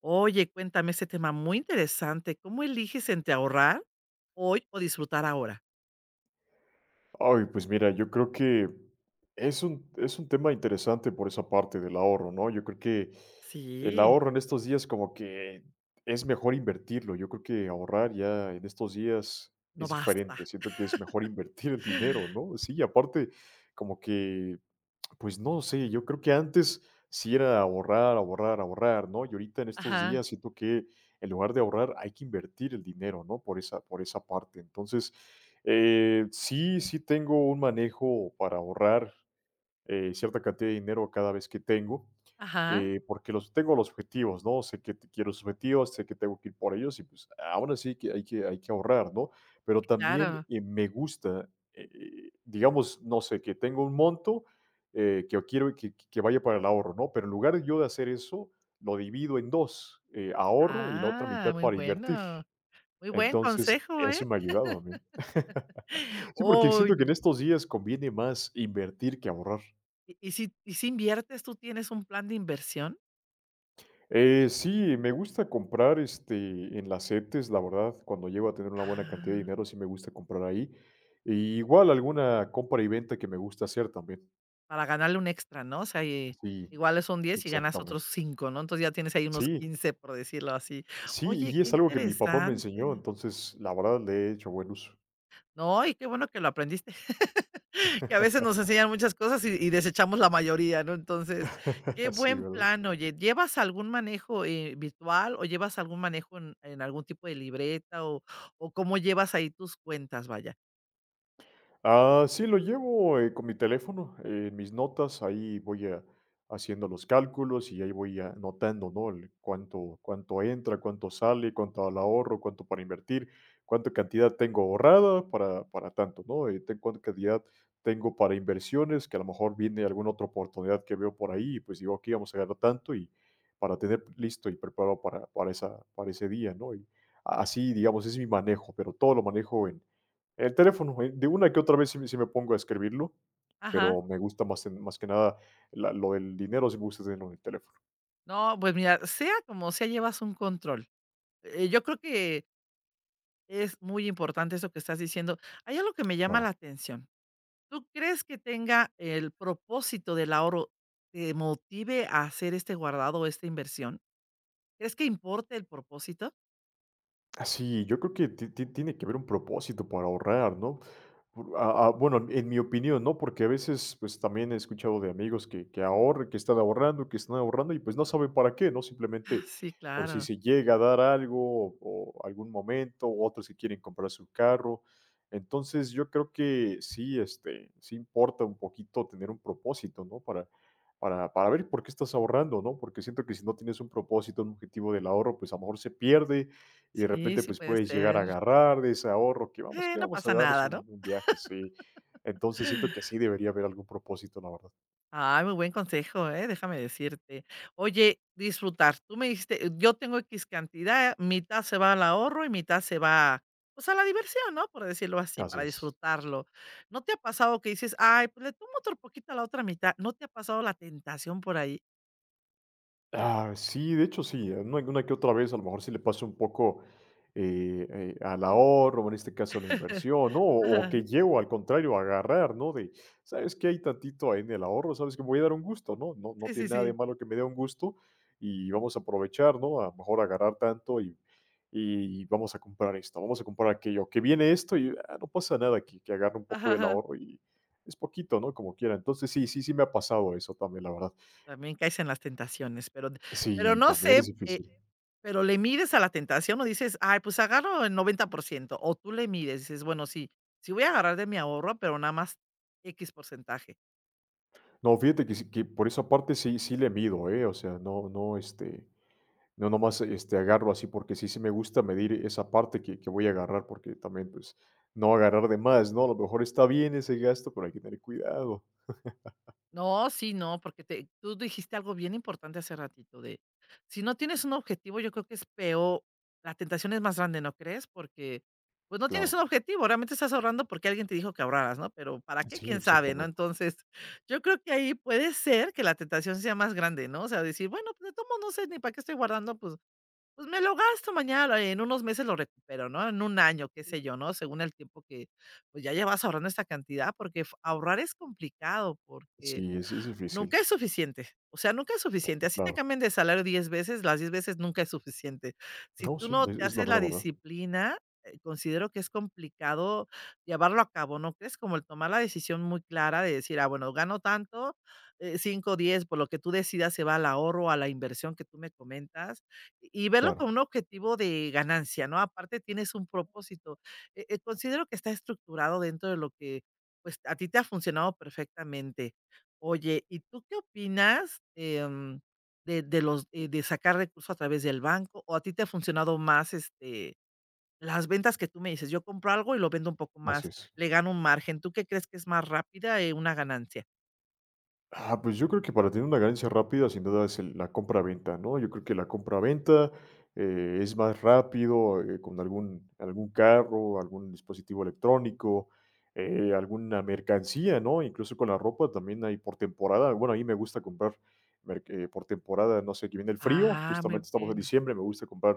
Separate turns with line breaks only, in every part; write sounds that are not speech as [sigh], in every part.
Oye, cuéntame ese tema muy interesante. ¿Cómo eliges entre ahorrar hoy o disfrutar ahora?
Pues mira, yo creo que es un tema interesante por esa parte del ahorro, ¿no? Yo creo que el
Sí,
ahorro en estos días como que es mejor invertirlo. Yo creo que ahorrar ya en estos días
no
es
basta.
diferente. Siento que es mejor [laughs] invertir el dinero, ¿no? Sí, aparte como que, pues no sé, yo creo que antes sí era ahorrar, ahorrar, ahorrar, ¿no? Y ahorita en estos
Ajá,
días siento que en lugar de ahorrar hay que invertir el dinero, ¿no? Por esa parte. Entonces... sí, tengo un manejo para ahorrar, cierta cantidad de dinero cada vez que tengo,
ajá,
porque los tengo los objetivos, ¿no? Sé que quiero los objetivos, sé que tengo que ir por ellos y pues aún así que hay que ahorrar, ¿no? Pero
sí,
también
claro.
me gusta, digamos, no sé, que tengo un monto que quiero que vaya para el ahorro, ¿no? Pero en lugar de yo de hacer eso, lo divido en dos, ahorro y la otra
Ah,
mitad
muy
para invertir.
bueno. Muy buen
Entonces,
consejo, ¿eh?
eso me ha ayudado a mí. [laughs] Sí, porque siento
Oy
que en estos días conviene más invertir que ahorrar.
¿Y si inviertes, tú tienes un plan de inversión?
Sí, me gusta comprar, este, en las CETES, la verdad, cuando llego a tener una buena cantidad de
Ah.
dinero, sí me gusta comprar ahí. E igual alguna compra y venta que me gusta hacer también.
Para ganarle un extra, ¿no? O sea,
Sí,
igual son 10 y ganas otros
exactamente.
5, ¿no? Entonces ya tienes ahí unos
Sí,
15 por decirlo así.
sí,
Oye,
y
qué
es algo que mi papá me enseñó,
interesante.
entonces, la verdad, le he hecho buen uso.
No, y qué bueno que lo aprendiste. [laughs] Que a veces nos enseñan muchas cosas y desechamos la mayoría, ¿no? Entonces, qué
[laughs] Sí,
buen
¿verdad?
plan, oye. ¿Llevas algún manejo, virtual o llevas algún manejo en algún tipo de libreta o cómo llevas ahí tus cuentas, vaya?
Ah, sí, lo llevo, con mi teléfono, en mis notas, ahí voy a haciendo los cálculos y ahí voy anotando, ¿no? El cuánto entra, cuánto sale, cuánto al ahorro, cuánto para invertir, cuánta cantidad tengo ahorrada para tanto, ¿no? Ten cuánta cantidad tengo para inversiones, que a lo mejor viene alguna otra oportunidad que veo por ahí, y pues digo, aquí vamos a ganar tanto y para tener listo y preparado para esa para ese día, ¿no? Y así, digamos, es mi manejo, pero todo lo manejo en el teléfono. De una que otra vez sí me pongo a escribirlo,
Ajá.
pero me gusta más en más que nada la lo del dinero, sí me gusta tenerlo en el teléfono.
No, pues mira, sea como sea, llevas un control. Yo creo que es muy importante eso que estás diciendo. Hay algo que me llama la
Claro.
atención. ¿Tú crees que tenga el propósito del ahorro, te motive a hacer este guardado o esta inversión? ¿Crees que importe el propósito?
Ah, sí, yo creo que ti ti tiene que haber un propósito para ahorrar, ¿no? Por a Bueno, en mi opinión, ¿no? Porque a veces, pues, también he escuchado de amigos que están ahorrando y, pues, no saben para qué, ¿no?
Ah,
Simplemente
sí,
por si
claro.
se llega a dar algo o algún momento, u otros que quieren comprar su carro. Entonces, yo creo que sí, este, sí importa un poquito tener un propósito, ¿no? Para ver por qué estás ahorrando, ¿no? Porque siento que si no tienes un propósito, un objetivo del ahorro, pues, a lo mejor se pierde y de
Sí,
repente,
sí
pues,
puede
puedes llegar
ser.
a agarrar de ese ahorro, que
No
vamos a
pasa
darnos
nada, ¿no?
un viaje, sí. Entonces, siento que sí debería haber algún propósito, la verdad.
Ay, muy buen consejo, ¿eh? Déjame decirte. Oye, disfrutar. Tú me dijiste, yo tengo X cantidad, mitad se va al ahorro y mitad se va, pues, a la diversión, ¿no? Por decirlo así,
Así
para
es.
disfrutarlo. ¿No te ha pasado que dices, ay, pues le tomo otro poquito a la otra mitad? ¿No te ha pasado la tentación por ahí?
Ah, sí, de hecho sí, una que otra vez a lo mejor sí le pasa un poco, al ahorro, o en este caso a la inversión, ¿no? O
[laughs]
que llego al contrario a agarrar, ¿no? De, ¿sabes qué? Hay tantito ahí en el ahorro. ¿Sabes que Me voy a dar un gusto, ¿no? No, no
Sí, sí,
tiene nada de
sí.
malo que me dé un gusto y vamos a aprovechar, ¿no? A lo mejor agarrar tanto y vamos a comprar esto, vamos a comprar aquello, que viene esto y, ah, no pasa nada que agarre un poco
Ajá,
del
ajá.
ahorro y es poquito, ¿no? Como quiera. Entonces sí, sí, sí me ha pasado eso también, la verdad.
También caes en las tentaciones, pero
Sí,
no
también es
sé,
difícil.
pero, ¿le mides a la tentación o dices: "Ay, pues agarro el 90%, o tú le mides, dices: "Bueno, sí, sí voy a agarrar de mi ahorro, pero nada más X porcentaje"?
No, fíjate que sí, que por esa parte sí le mido, ¿eh? O sea, no, no, este, no nomás, este, agarro así porque sí me gusta medir esa parte que voy a agarrar, porque también, pues, no agarrar de más, ¿no? A lo mejor está bien ese gasto, pero hay que tener cuidado.
No, sí, no, porque te tú dijiste algo bien importante hace ratito de, si no tienes un objetivo, yo creo que es peor, la tentación es más grande, ¿no crees? Porque, pues,
Pues,
no tienes
claro.
un objetivo, realmente estás ahorrando porque alguien te dijo que ahorraras, ¿no? Pero, ¿para qué?
Sí,
Quién sabe, ¿no?
exactamente.
Entonces, yo creo que ahí puede ser que la tentación sea más grande, ¿no? O sea, decir, bueno, pues, de todos no sé ni para qué estoy guardando, pues me lo gasto mañana, en unos meses lo recupero, ¿no? En un año, qué sé yo, ¿no? Según el tiempo que, pues, ya llevas ahorrando esta cantidad, porque f ahorrar es complicado, porque
Sí, es difícil,
nunca es suficiente, o sea, nunca es suficiente. Así te
claro.
cambien de salario 10 veces, las 10 veces nunca es suficiente. Si
No,
tú
sí,
no
es
te
es la
haces la
mera verdad.
disciplina, considero que es complicado llevarlo a cabo, ¿no crees? Como el tomar la decisión muy clara de decir: "Ah, bueno, gano tanto, 5, 10", por lo que tú decidas se va al ahorro, a la inversión que tú me comentas, y verlo con
Claro,
un objetivo de ganancia, ¿no? Aparte tienes un propósito. Considero que está estructurado dentro de lo que, pues, a ti te ha funcionado perfectamente. Oye, ¿y tú qué opinas, de los de sacar recursos a través del banco? ¿O a ti te ha funcionado más, este, las ventas que tú me dices? Yo compro algo y lo vendo un poco
así
más,
es.
le gano un margen. ¿Tú qué crees que es más rápida, una ganancia?
Ah, pues yo creo que para tener una ganancia rápida, sin duda es la compra-venta, ¿no? Yo creo que la compra-venta es más rápido, con algún carro, algún dispositivo electrónico, alguna mercancía, ¿no? Incluso con la ropa también hay por temporada. Bueno, a mí me gusta comprar por temporada, no sé, que viene el frío,
Ah, muy
justamente estamos en
buena.
diciembre, me gusta comprar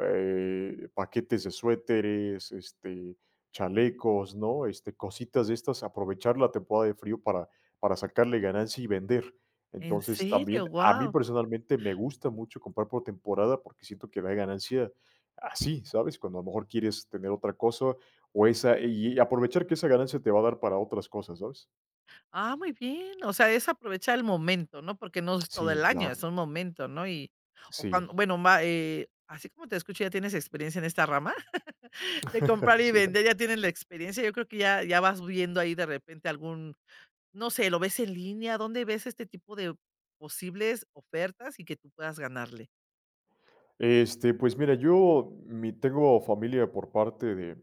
paquetes de suéteres, este, chalecos, ¿no? Este, cositas de estas, aprovechar la temporada de frío para sacarle ganancia y vender.
¿En
Entonces,
serio?
también a mí
Wow.
personalmente me gusta mucho comprar por temporada porque siento que da ganancia así, ¿sabes? Cuando a lo mejor quieres tener otra cosa o esa y aprovechar que esa ganancia te va a dar para otras cosas, ¿sabes?
Ah, muy bien. O sea, es aprovechar el momento, ¿no? Porque no es todo el
Sí,
año,
claro.
es un momento, ¿no? Y o cuando
Sí,
bueno, ma así como te escucho, ¿ya tienes experiencia en esta rama? De
[laughs]
comprar y
sí.
vender, ya tienen la experiencia. Yo creo que ya vas viendo ahí de repente algún, no sé, lo ves en línea, ¿dónde ves este tipo de posibles ofertas y que tú puedas ganarle?
Este, pues mira, yo mi tengo familia por parte de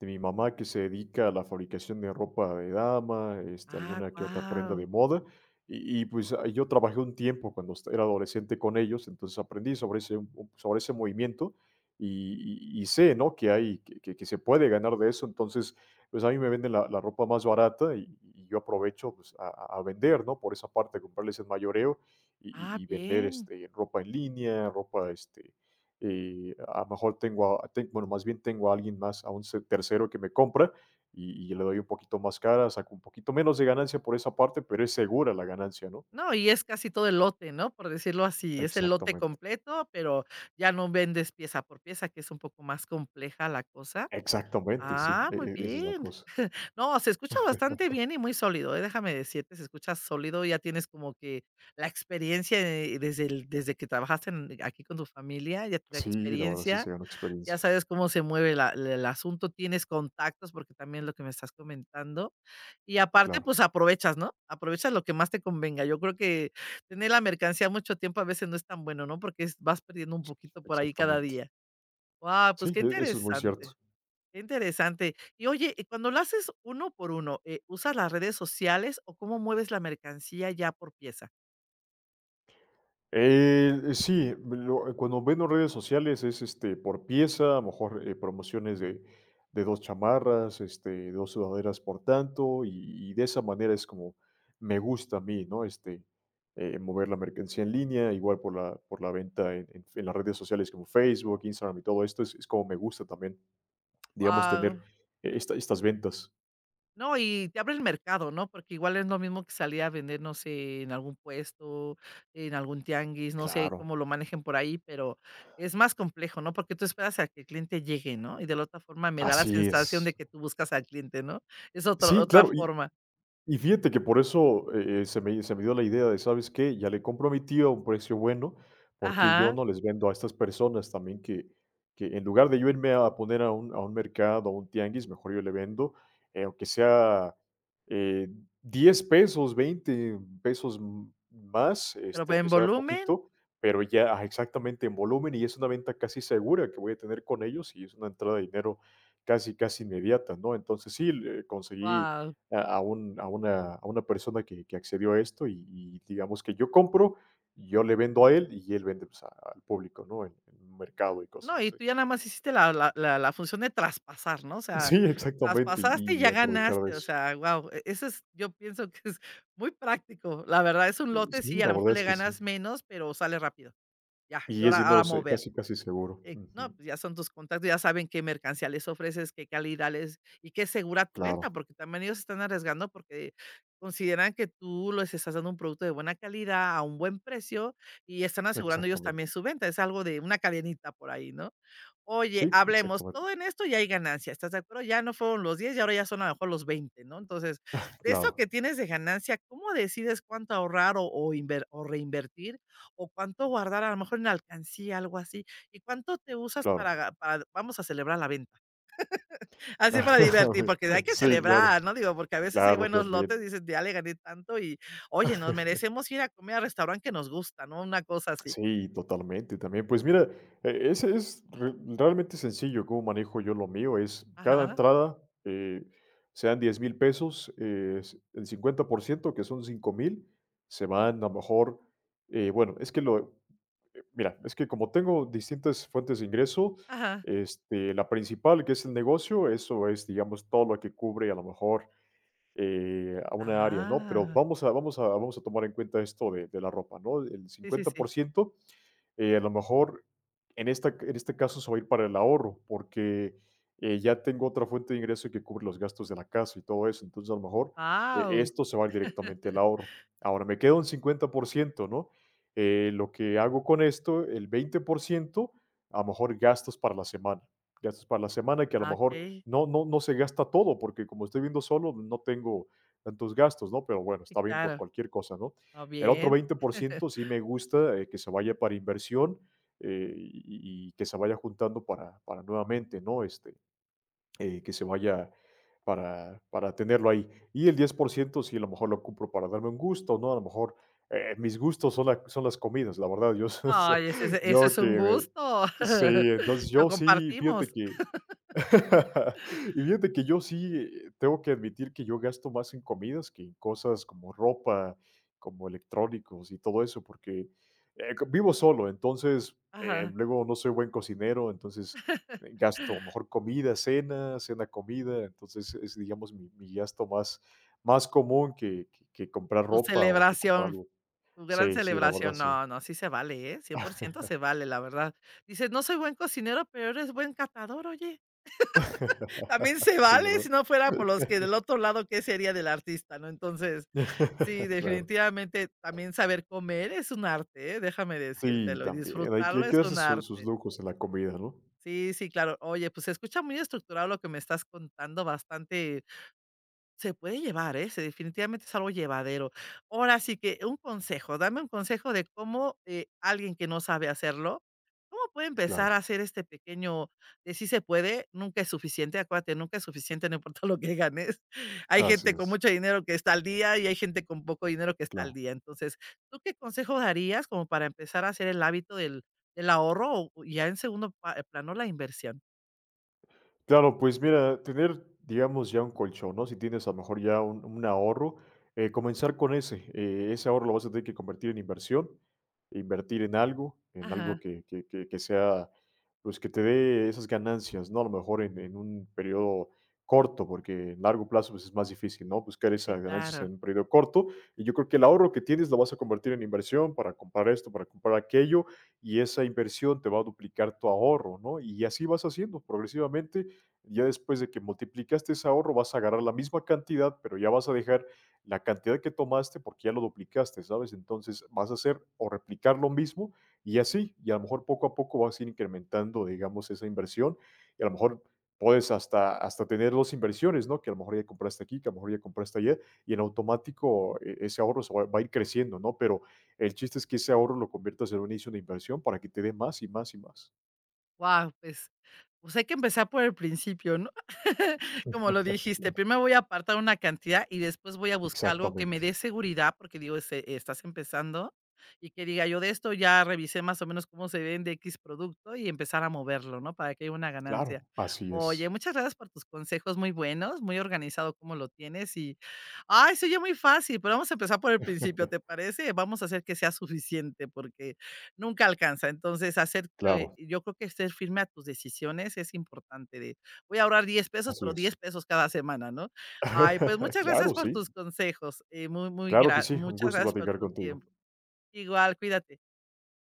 mi mamá que se dedica a la fabricación de ropa de dama, este,
Ah,
alguna que otra prenda
wow.
de moda. Y, pues ah, yo trabajé un tiempo cuando era adolescente con ellos, entonces aprendí sobre ese, sobre ese movimiento y, y sé, ¿no? Que hay, que, que se puede ganar de eso. Entonces, pues a mí me venden la ropa más barata y yo aprovecho pues, a vender, ¿no? Por esa parte, comprarles el mayoreo y,
Ah,
y vender,
bien.
este, ropa en línea, ropa, este, a lo mejor tengo a ten bueno, más bien tengo a alguien más, a un se tercero que me compra y le doy un poquito más cara, saco un poquito menos de ganancia por esa parte, pero es segura la ganancia, ¿no?
No, y es casi todo el lote, ¿no? Por decirlo así, es el lote
Exactamente,
completo, pero ya no vendes pieza por pieza, que es un poco más compleja la cosa.
exactamente, sí,
Ah, muy
esa es la
bien.
cosa.
No, se escucha bastante bien y muy sólido, déjame decirte, se escucha sólido, ya tienes como que la experiencia, desde que trabajaste en aquí con tu familia, ya la
Sí, la verdad sí
experiencia,
se gana
ya
experiencia,
sabes cómo se mueve el asunto, tienes contactos, porque también es lo que me estás comentando. Y aparte,
claro,
pues, aprovechas, ¿no? Aprovechas lo que más te convenga. Yo creo que tener la mercancía mucho tiempo a veces no es tan bueno, ¿no? Porque es vas perdiendo un poquito por ahí cada
exactamente.
día. Guau, pues,
Sí,
qué
eso es muy cierto.
interesante. Qué interesante. Y oye, y cuando lo haces uno por uno, ¿usas las redes sociales o cómo mueves la mercancía ya por pieza?
Sí, lo cuando vendo redes sociales es, este, por pieza, a lo mejor, promociones de 2 chamarras, este, 2 sudaderas por tanto, y de esa manera es como me gusta a mí, ¿no? Este, mover la mercancía en línea, igual por la venta en las redes sociales como Facebook, Instagram y todo esto, es como me gusta también, digamos, tener
Guau.
estas ventas.
No, y te abre el mercado, ¿no? Porque igual es lo mismo que salir a vender, no sé, en algún puesto, en algún tianguis, no sé
Claro,
cómo lo manejen por ahí, pero es más complejo, ¿no? Porque tú esperas a que el cliente llegue, ¿no? Y de la otra forma me da la
así
sensación
es.
de que tú buscas al cliente, ¿no? Es
Sí,
otra
claro,
forma.
y fíjate que por eso, se me dio la idea de, ¿sabes qué? Ya le compro a mi tío a un precio bueno, porque yo
Ajá,
no les vendo a estas personas también que en lugar de yo irme a poner a un mercado, a un tianguis, mejor yo le vendo, aunque sea, eh, 10 pesos, 20 pesos m más,
pero
este,
en
aunque sea
volumen.
poquito, pero ya, ajá, exactamente, en volumen, y es una venta casi segura que voy a tener con ellos, y es una entrada de dinero casi, casi inmediata, ¿no? Entonces sí, le conseguí
Wow.
a una persona que accedió a esto y digamos que yo compro, yo le vendo a él y él vende, pues, a al público, ¿no? En un mercado y cosas
No, y
así.
tú ya
[laughs]
nada más hiciste la función de traspasar, ¿no? O sea,
Sí, exactamente,
traspasaste y
y
ya
aprovechar de
ganaste, o
eso.
sea, guau, eso es yo pienso que es muy práctico. La verdad es un lote, sí,
Sí,
a
la
lo mejor
verdad es
le
que sí.
ganas menos, pero sale rápido. Ya, y
Y es
ahora
dinero se
mover.
casi, casi seguro.
No,
Ujú.
pues ya son tus contactos, ya saben qué mercancía les ofreces, qué calidad les y qué es segura tu venta,
Claro,
porque también ellos están arriesgando porque consideran que tú les estás dando un producto de buena calidad a un buen precio y están asegurando ellos también
exactamente.
su venta. Es algo de una cadenita por ahí, ¿no? Oye,
Sí,
hablemos,
exactamente.
todo en esto ya hay ganancia, ¿estás de acuerdo? Ya no fueron los 10 y ahora ya son a lo mejor los 20, ¿no? Entonces, de eso
Claro,
que tienes de ganancia, ¿cómo decides cuánto ahorrar o reinvertir o cuánto guardar a lo mejor en alcancía, algo así? ¿Y cuánto te usas para
claro.
ga para vamos a celebrar la venta? [laughs] Así para divertir,
[laughs]
porque hay que
Sí, claro,
celebrar, ¿no? Digo, porque a veces hay
claro,
buenos lotes,
también.
dices: "Ya le gané tanto y, oye, nos merecemos ir a comer al restaurante que nos gusta", ¿no? Una cosa así.
Sí, totalmente también. Pues mira, ese es realmente sencillo cómo manejo yo lo mío. Es cada
Ajá,
entrada, sean 10,000 pesos, el 50%, que son 5,000, se van a lo mejor, bueno, mira, es que como tengo distintas fuentes de ingreso,
ajá.
este, la principal, que es el negocio, eso es, digamos, todo lo que cubre a lo mejor a una área, ¿no? Pero
Ah,
vamos a tomar en cuenta esto de la ropa, ¿no? El
sí, sí,
cincuenta
sí.
por ciento a lo mejor en este caso se va a ir para el ahorro, porque ya tengo otra fuente de ingreso que cubre los gastos de la casa y todo eso. Entonces, a lo mejor
Wow.
esto se va a ir directamente al ahorro. Ahora, me queda un 50%, ¿no? Lo que hago con esto, el 20% a lo mejor gastos para la semana. Gastos para la semana que a lo
Ah,
mejor
ok.
no, no, no se gasta todo, porque como estoy viendo solo, no tengo tantos gastos, ¿no? Pero bueno,
Sí,
está bien por
claro.
cualquier cosa, ¿no?
Ah,
El otro
bien.
veinte por
[laughs]
ciento sí me gusta que se vaya para inversión, y que se vaya juntando para nuevamente, ¿no? Este, que se vaya para tenerlo ahí. Y el 10% sí a lo mejor lo compro para darme un gusto, ¿no? A lo mejor mis gustos son, son las comidas, la verdad, yo,
Ay, ese ese
[laughs]
eso
yo
es
que
un gusto.
sí,
[laughs]
entonces
Lo
yo sí, fíjate
compartimos.
que [laughs] y fíjate que yo sí, tengo que admitir que yo gasto más en comidas que en cosas como ropa, como electrónicos y todo eso, porque, co vivo solo, entonces,
Ajá.
luego no soy buen cocinero, entonces, gasto a lo mejor comida, cena, cena, comida, entonces es, digamos, mi gasto más común que comprar
Tu
ropa o que comprar
celebración.
algo.
Gran
Sí, sí, la verdad
celebración.
sí.
No, no, sí se vale, ¿eh? 100% se vale, la verdad. Dices: "No soy buen cocinero, pero eres buen catador", oye, [laughs] también
[laughs]
se
Sí,
vale, si
¿verdad?
no fuera por los que del
[laughs]
otro lado, ¿qué sería del artista, no? Entonces, sí,
[laughs] Claro.
definitivamente también saber comer es un arte, ¿eh? Déjame
Sí,
decírtelo, y
también,
disfrutarlo
hay
es
que darse
un
su sus
arte.
lujos en la comida, ¿no?
Sí, sí, claro. Oye, pues, se escucha muy estructurado lo que me estás contando, bastante se puede llevar, ¿eh? Se Definitivamente es algo llevadero. Ahora sí que un consejo, dame un consejo de cómo, alguien que no sabe hacerlo, ¿cómo puede empezar a
Claro,
hacer este pequeño de sí se puede? Nunca es suficiente, acuérdate, nunca es suficiente, no importa lo que ganes. [laughs] Hay
así
gente con
es,
mucho dinero que está al día y hay gente con poco dinero que está al
claro.
día. Entonces, ¿tú qué consejo darías como para empezar a hacer el hábito del ahorro o ya en segundo pa plano la inversión?
Claro, pues mira, tener, digamos, ya un colchón, ¿no? Si tienes a lo mejor ya un ahorro, comenzar con ese. Ese ahorro lo vas a tener que convertir en inversión, invertir en algo
Ajá,
que, que sea, pues que te dé esas ganancias, ¿no? A lo mejor en un periodo corto, porque en largo plazo, pues, es más difícil, ¿no? Buscar
sí,
esas ganancias
claro.
en un periodo corto. Y yo creo que el ahorro que tienes lo vas a convertir en inversión para comprar esto, para comprar aquello, y esa inversión te va a duplicar tu ahorro, ¿no? Y así vas haciendo progresivamente, ya después de que multiplicaste ese ahorro, vas a agarrar la misma cantidad, pero ya vas a dejar la cantidad que tomaste porque ya lo duplicaste, ¿sabes? Entonces vas a hacer o replicar lo mismo y así, y a lo mejor poco a poco vas a ir incrementando, digamos, esa inversión y a lo mejor puedes hasta, hasta tener dos inversiones, ¿no? Que a lo mejor ya compraste aquí, que a lo mejor ya compraste allá y en automático, ese ahorro va a ir creciendo, ¿no? Pero el chiste es que ese ahorro lo conviertas en un inicio de inversión para que te dé más y más y más.
Wow, pues hay que empezar por el principio, ¿no? [laughs] Como lo dijiste,
Claro.
primero voy a apartar una cantidad y después voy a buscar algo que me dé
Exactamente.
seguridad, porque digo, este, estás empezando y que diga yo de esto ya revisé más o menos cómo se vende X producto y empezar a moverlo, ¿no? Para que haya una ganancia.
Claro, así
Oye,
es.
muchas gracias por tus consejos muy buenos, muy organizado cómo lo tienes y, ay, se oye muy fácil, pero vamos a empezar por el principio, ¿te
[laughs]
parece? Vamos a hacer que sea suficiente porque nunca alcanza. Entonces, hacer,
Claro,
yo creo que ser firme a tus decisiones es importante de, voy a ahorrar 10 pesos,
así
pero 10
es.
pesos cada semana, ¿no? Ay, pues
[laughs]
muchas gracias
Claro,
por
sí,
tus consejos, muy, muy
claro que
gra
sí, un
muchas
gusto
gracias por
platicar
tu
contigo.
tiempo. Igual, cuídate.